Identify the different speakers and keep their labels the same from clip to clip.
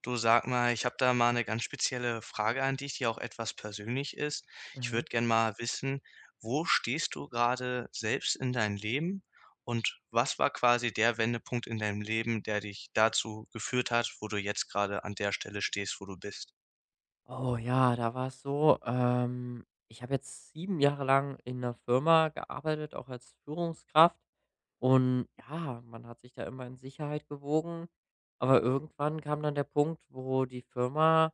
Speaker 1: Du, sag mal, ich habe da mal eine ganz spezielle Frage an dich, die auch etwas persönlich ist. Ich würde
Speaker 2: Mhm.
Speaker 1: gern mal wissen, wo stehst du gerade selbst in deinem Leben und was war quasi der Wendepunkt in deinem Leben, der dich dazu geführt hat, wo du jetzt gerade an der Stelle stehst, wo du bist?
Speaker 2: Oh ja, da war es so, ich habe jetzt 7 Jahre lang in einer Firma gearbeitet, auch als Führungskraft. Und ja, man hat sich da immer in Sicherheit gewogen. Aber irgendwann kam dann der Punkt, wo die Firma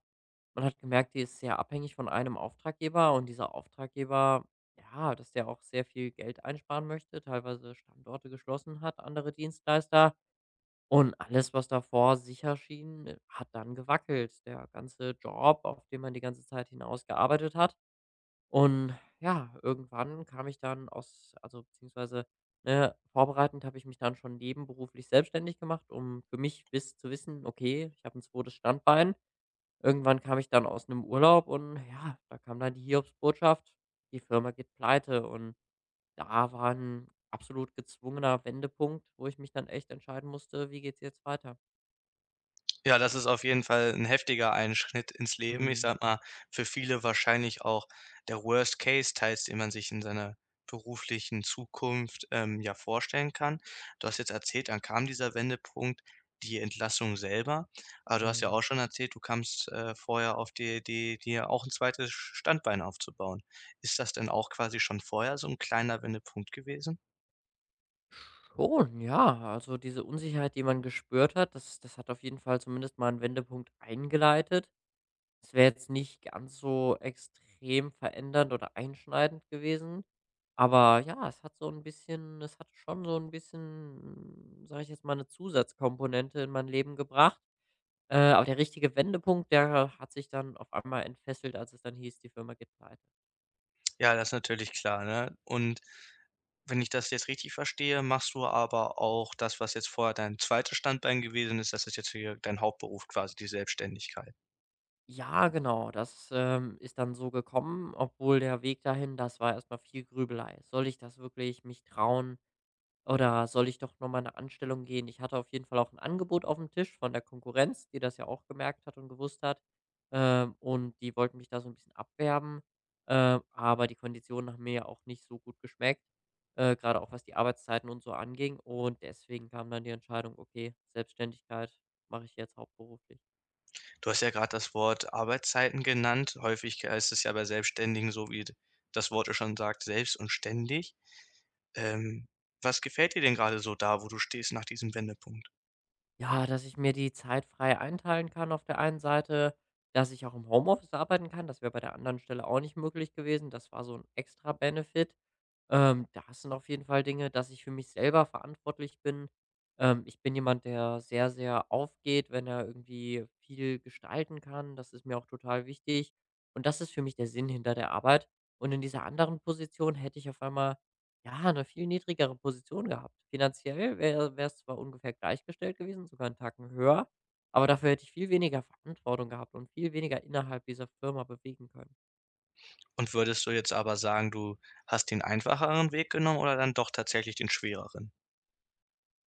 Speaker 2: man hat gemerkt, die ist sehr abhängig von einem Auftraggeber und dieser Auftraggeber, ja, dass der auch sehr viel Geld einsparen möchte, teilweise Standorte geschlossen hat, andere Dienstleister. Und alles, was davor sicher schien, hat dann gewackelt. Der ganze Job, auf den man die ganze Zeit hinaus gearbeitet hat. Und ja, irgendwann kam ich dann aus also, beziehungsweise, ne, vorbereitend habe ich mich dann schon nebenberuflich selbstständig gemacht, um für mich bis zu wissen: „Okay, ich habe ein zweites Standbein." Irgendwann kam ich dann aus einem Urlaub und ja, da kam dann die Hiobsbotschaft: Die Firma geht pleite. Und da war ein absolut gezwungener Wendepunkt, wo ich mich dann echt entscheiden musste: „Wie geht's jetzt weiter?"
Speaker 1: Ja, das ist auf jeden Fall ein heftiger Einschnitt ins Leben. Ich
Speaker 2: Mhm,
Speaker 1: sag mal, für viele wahrscheinlich auch der Worst Case teils, den man sich in seiner beruflichen Zukunft, ja, vorstellen kann. Du hast jetzt erzählt, dann kam dieser Wendepunkt, die Entlassung selber. Aber du hast ja auch
Speaker 2: mhm.
Speaker 1: schon erzählt, du kamst vorher auf die Idee, dir auch ein zweites Standbein aufzubauen. Ist das denn auch quasi schon vorher so ein kleiner Wendepunkt gewesen?
Speaker 2: Schon, ja. Also, diese Unsicherheit, die man gespürt hat, das hat auf jeden Fall zumindest mal einen Wendepunkt eingeleitet. Es wäre jetzt nicht ganz so extrem verändernd oder einschneidend gewesen, aber ja, es hat schon so ein bisschen, sage ich jetzt mal, eine Zusatzkomponente in mein Leben gebracht. Aber der richtige Wendepunkt, der hat sich dann auf einmal entfesselt, als es dann hieß, die Firma geht pleite.
Speaker 1: Ja, das ist natürlich klar, ne? Und wenn ich das jetzt richtig verstehe, machst du aber auch das, was jetzt vorher dein zweites Standbein gewesen ist, das ist jetzt hier dein Hauptberuf quasi, die Selbstständigkeit.
Speaker 2: Ja, genau, das, ist dann so gekommen, obwohl der Weg dahin das war erstmal viel Grübelei. Soll ich das wirklich mich trauen oder soll ich doch noch mal eine Anstellung gehen? Ich hatte auf jeden Fall auch ein Angebot auf dem Tisch von der Konkurrenz, die das ja auch gemerkt hat und gewusst hat, und die wollten mich da so ein bisschen abwerben, aber die Konditionen haben mir ja auch nicht so gut geschmeckt, grade auch was die Arbeitszeiten und so anging und deswegen kam dann die Entscheidung: „Okay, Selbstständigkeit mache ich jetzt hauptberuflich."
Speaker 1: Du hast ja gerade das Wort Arbeitszeiten genannt. Häufig ist es ja bei Selbstständigen so, wie das Wort es schon sagt, selbst und ständig. Ähm, Was gefällt dir denn gerade so da, wo du stehst, nach diesem Wendepunkt?
Speaker 2: Ja, dass ich mir die Zeit frei einteilen kann auf der einen Seite, dass ich auch im Homeoffice arbeiten kann. Das wäre bei der anderen Stelle auch nicht möglich gewesen. Das war so ein extra Benefit. Das sind auf jeden Fall Dinge, dass ich für mich selber verantwortlich bin. Ich bin jemand, der sehr, sehr aufgeht, wenn er irgendwie viel gestalten kann. Das ist mir auch total wichtig. Und das ist für mich der Sinn hinter der Arbeit. Und in dieser anderen Position hätte ich auf einmal ja eine viel niedrigere Position gehabt. Finanziell wäre es zwar ungefähr gleichgestellt gewesen, sogar einen Tacken höher, aber dafür hätte ich viel weniger Verantwortung gehabt und viel weniger innerhalb dieser Firma bewegen können.
Speaker 1: Und würdest du jetzt aber sagen, du hast den einfacheren Weg genommen oder dann doch tatsächlich den schwereren?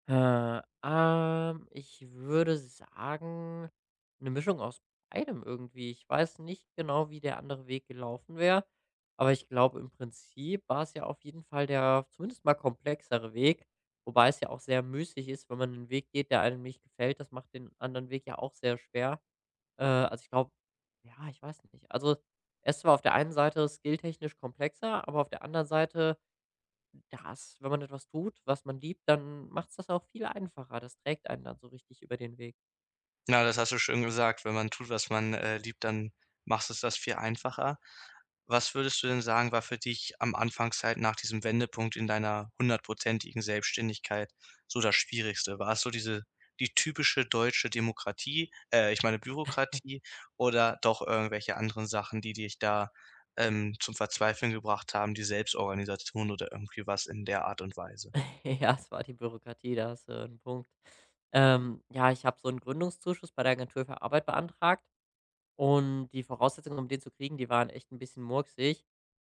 Speaker 2: Ich würde sagen, eine Mischung aus beidem irgendwie. Ich weiß nicht genau, wie der andere Weg gelaufen wäre, aber ich glaube, im Prinzip war es ja auf jeden Fall der zumindest mal komplexere Weg, wobei es ja auch sehr müßig ist, wenn man 'nen Weg geht, der einem nicht gefällt. Das macht den anderen Weg ja auch sehr schwer. Also, ich glaube ja, ich weiß nicht. Also, er ist auf der einen Seite skilltechnisch komplexer, aber auf der anderen Seite das wenn man etwas tut, was man liebt, dann macht es das auch viel einfacher. Das trägt einen dann so richtig über den Weg.
Speaker 1: Na, das hast du schön gesagt: wenn man tut, was man liebt, dann machst du es das viel einfacher. Was würdest du denn sagen, war für dich am Anfangszeit nach diesem Wendepunkt in deiner hundertprozentigen Selbstständigkeit so das Schwierigste? War es so diese die typische deutsche Demokratie, ich meine Bürokratie, oder doch irgendwelche anderen Sachen, die dich da zum Verzweifeln gebracht haben, die Selbstorganisation oder irgendwie was in der Art und Weise?
Speaker 2: Ja, es war die Bürokratie, da hast du 'n Punkt. Ja, ich habe so einen Gründungszuschuss bei der Agentur für Arbeit beantragt und die Voraussetzungen, um den zu kriegen, die waren echt ein bisschen murksig.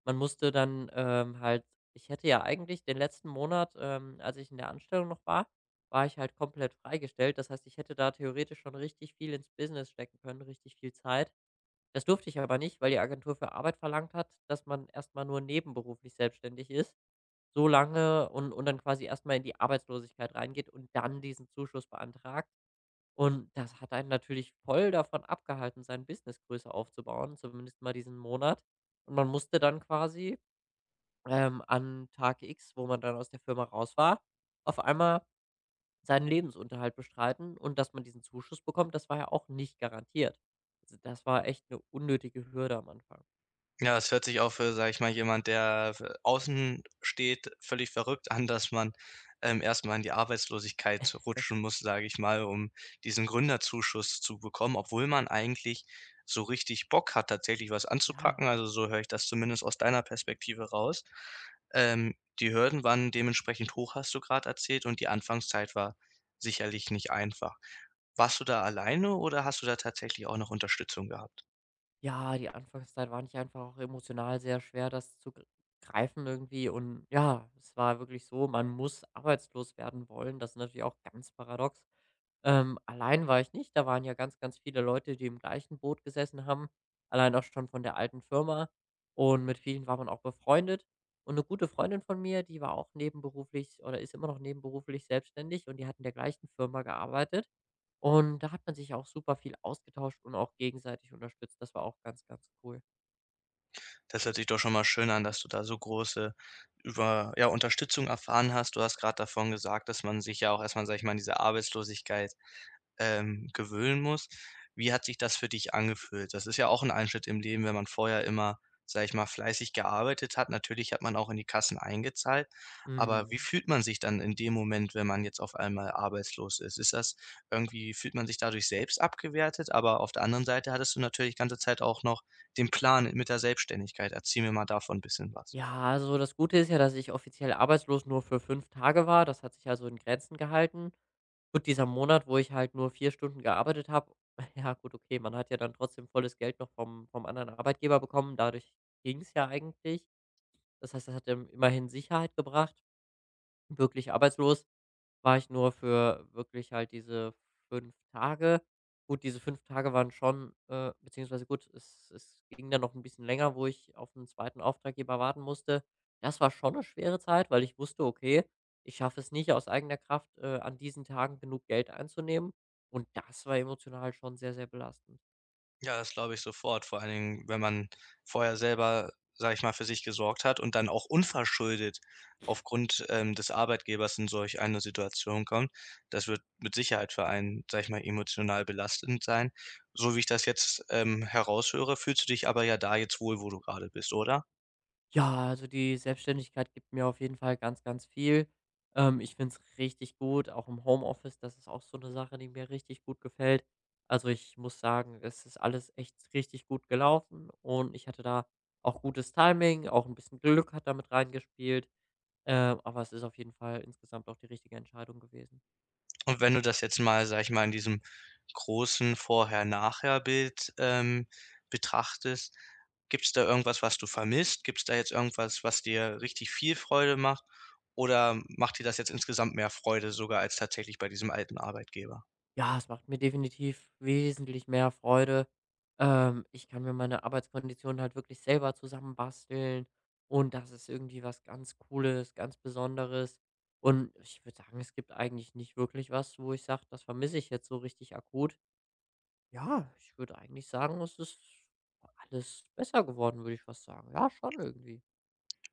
Speaker 2: Man musste dann, halt ich hätte ja eigentlich den letzten Monat, als ich in der Anstellung noch war ich halt komplett freigestellt. Das heißt, ich hätte da theoretisch schon richtig viel ins Business stecken können, richtig viel Zeit. Das durfte ich aber nicht, weil die Agentur für Arbeit verlangt hat, dass man erst mal nur nebenberuflich selbstständig ist, so lange und dann quasi erst mal in die Arbeitslosigkeit reingeht und dann diesen Zuschuss beantragt. Und das hat einen natürlich voll davon abgehalten, sein Business größer aufzubauen, zumindest mal diesen Monat. Und man musste dann quasi, an Tag X, wo man dann aus der Firma raus war, auf einmal seinen Lebensunterhalt bestreiten und dass man diesen Zuschuss bekommt, das war ja auch nicht garantiert. Also, das war echt eine unnötige Hürde am Anfang.
Speaker 1: Ja, es hört sich auch für, sage ich mal, jemand, der v außen steht, völlig verrückt an, dass man erst in die Arbeitslosigkeit rutschen muss, sage ich mal, um diesen Gründerzuschuss zu bekommen, obwohl man eigentlich so richtig Bock hat, tatsächlich was
Speaker 2: Ja.
Speaker 1: anzupacken. Also, so höre ich das zumindest aus deiner Perspektive raus. Die Hürden waren dementsprechend hoch, hast du gerade erzählt, und die Anfangszeit war sicherlich nicht einfach. Warst du da alleine oder hast du da tatsächlich auch noch Unterstützung gehabt?
Speaker 2: Ja, die Anfangszeit war nicht einfach auch emotional sehr schwer, das zu gr greifen irgendwie und ja, es war wirklich so, man muss arbeitslos werden wollen. Das ist natürlich auch ganz paradox. Allein war ich nicht, da waren ja ganz, ganz viele Leute, die im gleichen Boot gesessen haben, allein auch schon von der alten Firma und mit vielen war man auch befreundet. Und eine gute Freundin von mir, die war auch nebenberuflich oder ist immer noch nebenberuflich selbstständig und die hat in der gleichen Firma gearbeitet. Und da hat man sich auch super viel ausgetauscht und auch gegenseitig unterstützt. Das war auch ganz, ganz cool.
Speaker 1: Das hört sich doch schon mal schön an, dass du da so große über ja, Unterstützung erfahren hast. Du hast gerade davon gesagt, dass man sich ja auch erstmal, mal, sage ich mal, in dieser Arbeitslosigkeit gewöhnen musst. Wie hat sich das für dich angefühlt? Das ist ja auch ein Einschnitt im Leben, wenn man vorher immer, sage ich mal, fleißig gearbeitet hat. Natürlich hat man auch in die Kassen eingezahlt, aber
Speaker 2: Mhm.
Speaker 1: wie fühlt man sich dann in dem Moment, wenn man jetzt auf einmal arbeitslos ist? Ist das irgendwie fühlt man sich dadurch selbst abgewertet? Aber auf der anderen Seite hattest du natürlich ganze Zeit auch noch den Plan mit der Selbstständigkeit. Erzähl mir mal davon ein bisschen was.
Speaker 2: Ja, also das Gute ist ja, dass ich offiziell arbeitslos nur für 5 Tage war. Das hat sich also in Grenzen gehalten. Gut, dieser Monat, wo ich halt nur 4 Stunden gearbeitet habe, ja gut, okay, man hat ja dann trotzdem volles Geld noch vom anderen Arbeitgeber bekommen. Dadurch ging's ja eigentlich. Das heißt, das hat, immerhin Sicherheit gebracht. Wirklich arbeitslos war ich nur für wirklich halt diese 5 Tage. Gut, diese 5 Tage waren schon beziehungsweise gut, es ging dann noch ein bisschen länger, wo ich auf einen zweiten Auftraggeber warten musste. Das war schon eine schwere Zeit, weil ich wusste: „Okay, ich schaffe es nicht aus eigener Kraft, an diesen Tagen genug Geld einzunehmen." Und das war emotional schon sehr, sehr belastend.
Speaker 1: Ja, das glaube ich sofort. Vor allen Dingen, wenn man vorher selber, sage ich mal, für sich gesorgt hat und dann auch unverschuldet aufgrund des Arbeitgebers in solch eine Situation kommt. Das wird mit Sicherheit für einen, sage ich mal, emotional belastend sein. So wie ich das jetzt heraushöre, fühlst du dich aber ja da jetzt wohl, wo du gerade bist, oder?
Speaker 2: Ja, also die Selbstständigkeit gibt mir auf jeden Fall ganz, ganz viel. Ich finde es richtig gut, auch im Homeoffice. Das ist auch so eine Sache, die mir richtig gut gefällt. Also ich muss sagen, es ist alles echt richtig gut gelaufen und ich hatte da auch gutes Timing, auch ein bisschen Glück hat damit reingespielt. Aber es ist auf jeden Fall insgesamt auch die richtige Entscheidung gewesen.
Speaker 1: Und wenn du das jetzt mal, sage ich mal, in diesem großen Vorher-Nachher-Bild betrachtest, gibt es da irgendwas, was du vermisst? Gibt es da jetzt irgendwas, was dir richtig viel Freude macht? Oder macht dir das jetzt insgesamt mehr Freude sogar als tatsächlich bei diesem alten Arbeitgeber?
Speaker 2: Ja, es macht mir definitiv wesentlich mehr Freude. Ich kann mir meine Arbeitskonditionen halt wirklich selber zusammenbasteln und das ist irgendwie was ganz Cooles, ganz Besonderes. Und ich würde sagen, es gibt eigentlich nicht wirklich was, wo ich sage, das vermisse ich jetzt so richtig akut. Ja, ich würde eigentlich sagen, es ist alles besser geworden, würde ich fast sagen. Ja, schon irgendwie.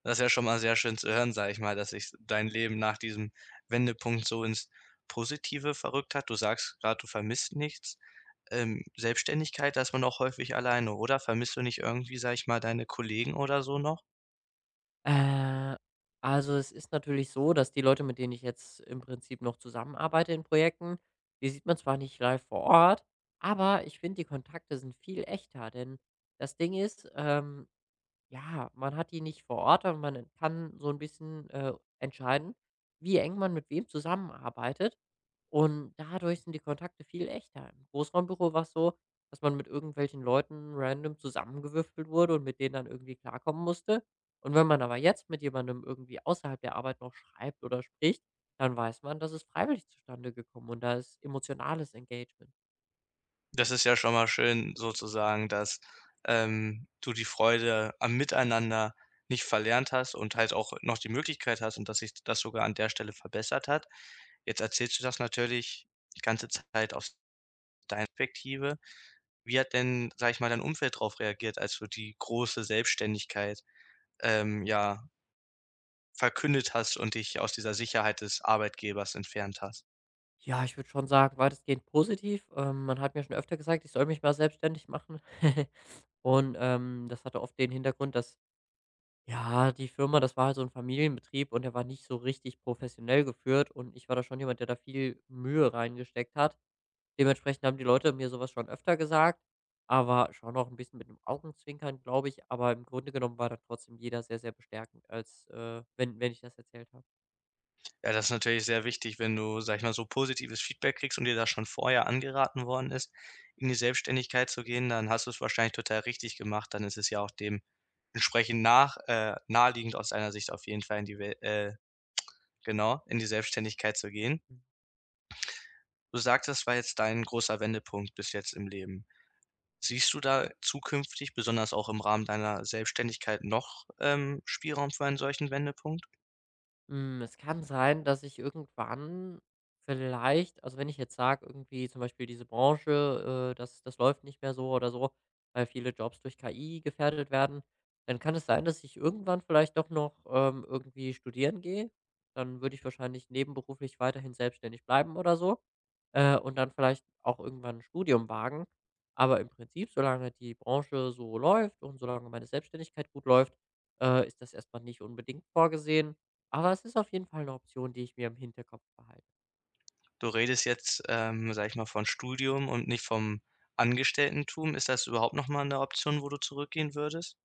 Speaker 1: Das ist ja schon mal sehr schön zu hören, sage ich mal, dass sich dein Leben nach diesem Wendepunkt so ins Positive verrückt hat. Du sagst gerade, du vermisst nichts. Selbstständigkeit, da ist man auch häufig alleine, oder? Vermisst du nicht irgendwie, sage ich mal, deine Kollegen oder so noch?
Speaker 2: Äh, also es ist natürlich so, dass die Leute, mit denen ich jetzt im Prinzip noch zusammenarbeite in Projekten, die sieht man zwar nicht live vor Ort, aber ich finde, die Kontakte sind viel echter. Denn das Ding ist, ja, man hat die nicht vor Ort, aber man kann so ein bisschen, entscheiden, wie eng man mit wem zusammenarbeitet. Und dadurch sind die Kontakte viel echter. Im Großraumbüro war es so, dass man mit irgendwelchen Leuten random zusammengewürfelt wurde und mit denen dann irgendwie klarkommen musste. Und wenn man aber jetzt mit jemandem irgendwie außerhalb der Arbeit noch schreibt oder spricht, dann weiß man, das ist freiwillig zustande gekommen und da ist emotionales Engagement.
Speaker 1: Das ist ja schon mal schön sozusagen, dass du die Freude am Miteinander nicht verlernt hast und halt auch noch die Möglichkeit hast und dass sich das sogar an der Stelle verbessert hat. Jetzt erzählst du das natürlich die ganze Zeit aus deiner Perspektive. Wie hat denn, sage ich mal, dein Umfeld darauf reagiert, als du die große Selbstständigkeit ja, verkündet hast und dich aus dieser Sicherheit des Arbeitgebers entfernt hast.
Speaker 2: Ja, ich würde schon sagen, weitestgehend positiv. Man hat mir schon öfter gesagt, ich soll mich mal selbstständig machen. Und das hatte oft den Hintergrund, dass, ja, die Firma, das war halt so ein Familienbetrieb und der war nicht so richtig professionell geführt und ich war da schon jemand, der da viel Mühe reingesteckt hat. Dementsprechend haben die Leute mir sowas schon öfter gesagt, aber schon auch ein bisschen mit einem Augenzwinkern, glaube ich. Aber im Grunde genommen war da trotzdem jeder sehr, sehr bestärkend, als wenn ich das erzählt habe.
Speaker 1: Ja, das ist natürlich sehr wichtig, wenn du, sag ich mal, so positives Feedback kriegst und dir das schon vorher angeraten worden ist, in die Selbstständigkeit zu gehen, dann hast du es wahrscheinlich total richtig gemacht. Dann ist es ja auch dem entsprechend nach naheliegend, aus deiner Sicht auf jeden Fall in die Wel, genau, in die Selbstständigkeit zu gehen.
Speaker 2: Mhm.
Speaker 1: Du sagst, das war jetzt dein großer Wendepunkt bis jetzt im Leben. Siehst du da zukünftig, besonders auch im Rahmen deiner Selbstständigkeit, noch Spielraum für einen solchen Wendepunkt?
Speaker 2: Hm, es kann sein, dass ich irgendwann vielleicht also, wenn ich jetzt sage, irgendwie zum Beispiel diese Branche, das läuft nicht mehr so oder so, weil viele Jobs durch KI gefährdet werden, dann kann es sein, dass ich irgendwann vielleicht doch noch, irgendwie studieren gehe. Dann würde ich wahrscheinlich nebenberuflich weiterhin selbstständig bleiben oder so, und dann vielleicht auch irgendwann ein Studium wagen. Aber im Prinzip, solange die Branche so läuft und solange meine Selbstständigkeit gut läuft, ist das erstmal nicht unbedingt vorgesehen. Aber es ist auf jeden Fall eine Option, die ich mir im Hinterkopf behalte.
Speaker 1: Du redest jetzt sage ich mal, von Studium und nicht vom Angestelltentum. Ist das überhaupt noch mal 'ne Option, wo du zurückgehen würdest?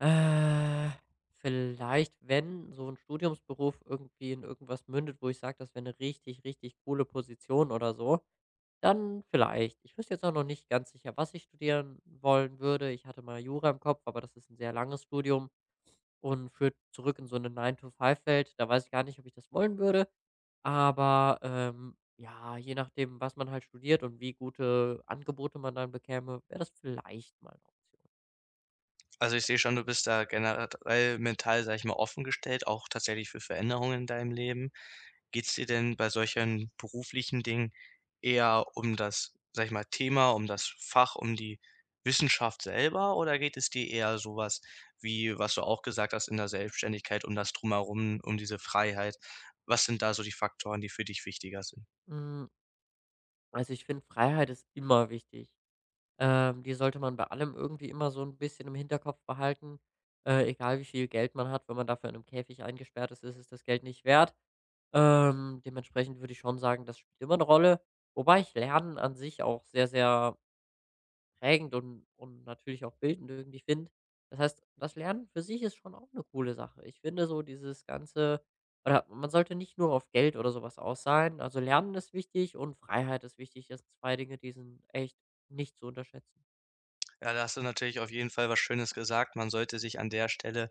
Speaker 2: Äh, vielleicht, wenn so ein Studiumsberuf irgendwie in irgendwas mündet, wo ich sage, das wäre eine richtig, richtig coole Position oder so, dann vielleicht. Ich wüsste jetzt auch noch nicht ganz sicher, was ich studieren wollen würde. Ich hatte mal Jura im Kopf, aber das ist ein sehr langes Studium. Und führt zurück in so 'ne Nine to Five Welt. Da weiß ich gar nicht, ob ich das wollen würde. Aber, ja, je nachdem, was man halt studiert und wie gute Angebote man dann bekäme, wäre das vielleicht mal eine Option.
Speaker 1: Also, ich sehe schon, du bist da generell mental, sag ich mal, offen gestellt, auch tatsächlich für Veränderungen in deinem Leben. Geht es dir denn bei solchen beruflichen Dingen eher um das, sag ich mal, Thema, um das Fach, um die Wissenschaft selber, oder geht es dir eher so was wie, was du auch gesagt hast, in der Selbstständigkeit, um das Drumherum, um diese Freiheit? Was sind da so die Faktoren, die für dich wichtiger sind?
Speaker 2: Hm, also, ich finde, Freiheit ist immer wichtig. Die sollte man bei allem irgendwie immer so ein bisschen im Hinterkopf behalten. Egal wie viel Geld man hat, wenn man dafür in einem Käfig eingesperrt ist, ist es das Geld nicht wert. Dementsprechend würde ich schon sagen, das spielt immer eine Rolle, wobei ich Lernen an sich auch sehr, sehr prägend und natürlich auch bildend irgendwie finde. Das heißt, das Lernen für sich ist schon auch eine coole Sache. Ich finde so dieses ganze oder man sollte nicht nur auf Geld oder sowas aus sein. Also, Lernen ist wichtig und Freiheit ist wichtig. Das sind 2 Dinge, die sind echt nicht zu unterschätzen.
Speaker 1: Ja, da hast du natürlich auf jeden Fall was Schönes gesagt. Man sollte sich an der Stelle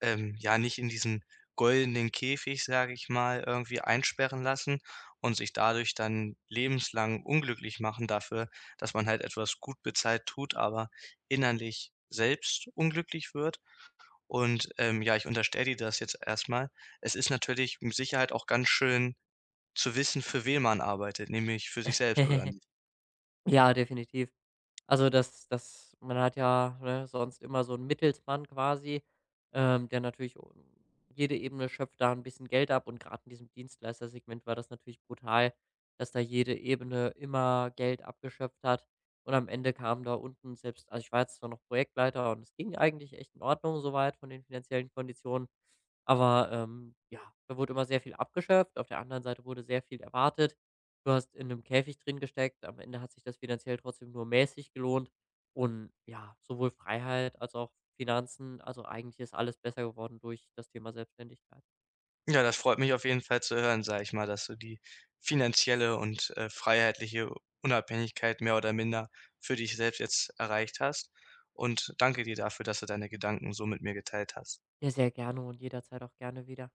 Speaker 1: ja, nicht in diesen goldenen Käfig, sage ich mal, irgendwie einsperren lassen und sich dadurch dann lebenslang unglücklich machen dafür, dass man halt etwas gut bezahlt tut, aber innerlich selbst unglücklich wird. Und ja, ich unterstelle dir das jetzt erstmal. Es ist natürlich mit Sicherheit auch ganz schön zu wissen, für wen man arbeitet, nämlich für sich selbst, oder nicht?
Speaker 2: Ja, definitiv. Also, das man hat ja, ne, sonst immer so 'n Mittelsmann quasi, der natürlich o jede Ebene schöpft da ein bisschen Geld ab und gerade in diesem Dienstleistersegment war das natürlich brutal, dass da jede Ebene immer Geld abgeschöpft hat und am Ende kam da unten selbst also, ich war jetzt zwar noch Projektleiter und es ging eigentlich echt in Ordnung soweit von den finanziellen Konditionen, aber, ja, da wurde immer sehr viel abgeschöpft. Auf der anderen Seite wurde sehr viel erwartet. Du hast in einem Käfig drin gesteckt. Am Ende hat sich das finanziell trotzdem nur mäßig gelohnt und ja, sowohl Freiheit als auch Finanzen, also eigentlich ist alles besser geworden durch das Thema Selbstständigkeit.
Speaker 1: Ja, das freut mich auf jeden Fall zu hören, sage ich mal, dass du die finanzielle und freiheitliche Unabhängigkeit mehr oder minder für dich selbst jetzt erreicht hast. Und danke dir dafür, dass du deine Gedanken so mit mir geteilt hast.
Speaker 2: Ja, sehr gerne und jederzeit auch gerne wieder.